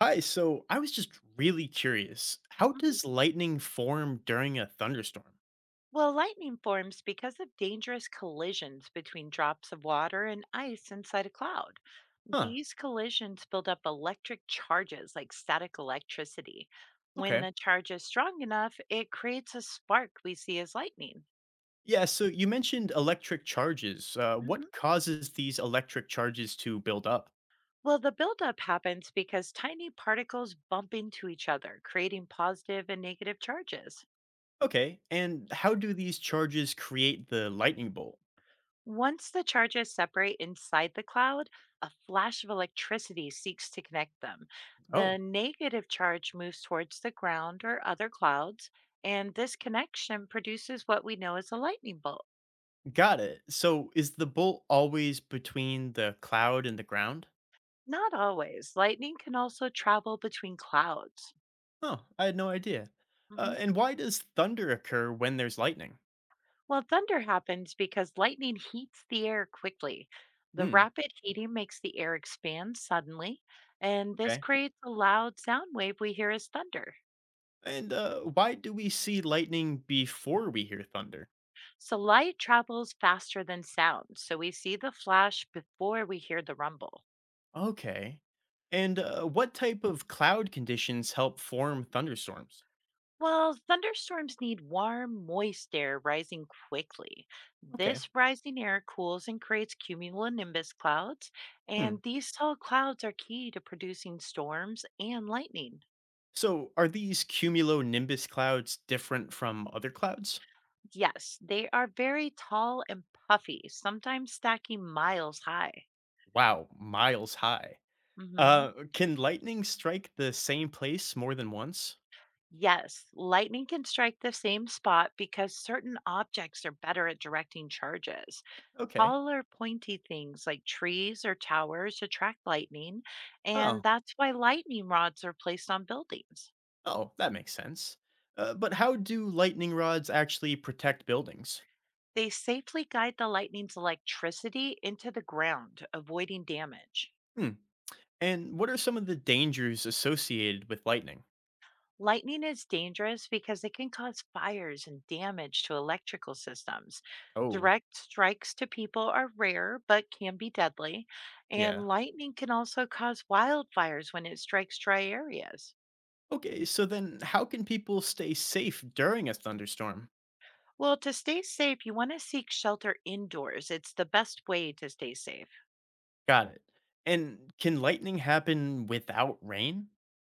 Hi, so I was just really curious. How Mhm. does lightning form during a thunderstorm? Well, lightning forms because of dangerous collisions between drops of water and ice inside a cloud. Huh, These collisions build up electric charges like static electricity. When okay. the charge is strong enough, it creates a spark we see as lightning. Yeah, so you mentioned electric charges. Hmm What causes these electric charges to build up? Well, the buildup happens because tiny particles bump into each other, creating positive and negative charges. Okay, and how do these charges create the lightning bolt? Once the charges separate inside the cloud, a flash of electricity seeks to connect them. The Oh, negative charge moves towards the ground or other clouds, and this connection produces what we know as a lightning bolt. got it. So is the bolt always between the cloud and the ground? Not always. Lightning can also travel between clouds. Oh, I had no idea. Mhm. And why does thunder occur when there's lightning? Well, thunder happens because lightning heats the air quickly. The Hmm, rapid heating makes the air expand suddenly, and this okay. creates a loud sound wave we hear as thunder. And why do we see lightning before we hear thunder? So light travels faster than sound, so we see the flash before we hear the rumble. Okay. And what type of cloud conditions help form thunderstorms? Well, thunderstorms need warm, moist air rising quickly. Okay. This rising air cools and creates cumulonimbus clouds, Hmm. and these tall clouds are key to producing storms and lightning. So are these cumulonimbus clouds different from other clouds? Yes, they are very tall and puffy, sometimes stacking miles high. Wow, miles high. hmm Can lightning strike the same place more than once? Yes, lightning can strike the same spot because certain objects are better at directing charges. Okay. Taller, pointy things like trees or towers attract lightning, and Oh, that's why lightning rods are placed on buildings. oh, that makes sense. But how do lightning rods actually protect buildings? They safely guide the lightning's electricity into the ground, avoiding damage. Hmm. And what are some of the dangers associated with lightning? Lightning is dangerous because it can cause fires and damage to electrical systems. Oh, Direct strikes to people are rare but can be deadly, yeah. and lightning can also cause wildfires when it strikes dry areas. Okay, so then how can people stay safe during a thunderstorm? Well, to stay safe, you want to seek shelter indoors. It's the best way to stay safe. Got it. And can lightning happen without rain?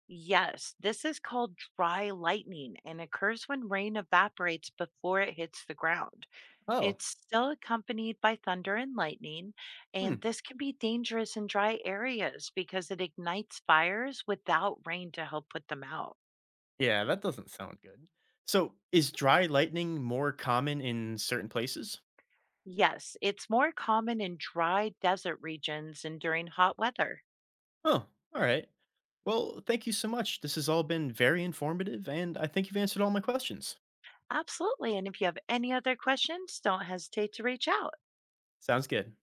Yes, this is called dry lightning and occurs when rain evaporates before it hits the ground. Oh, It's still accompanied by thunder and lightning, hmm. and this can be dangerous in dry areas because it ignites fires without rain to help put them out. Yeah, that doesn't sound good. So is dry lightning more common in certain places? Yes, it's more common in dry desert regions and during hot weather. Oh, all right. Well, thank you so much. This has all been very informative, and I think you've answered all my questions. Absolutely. And if you have any other questions, don't hesitate to reach out. Sounds good.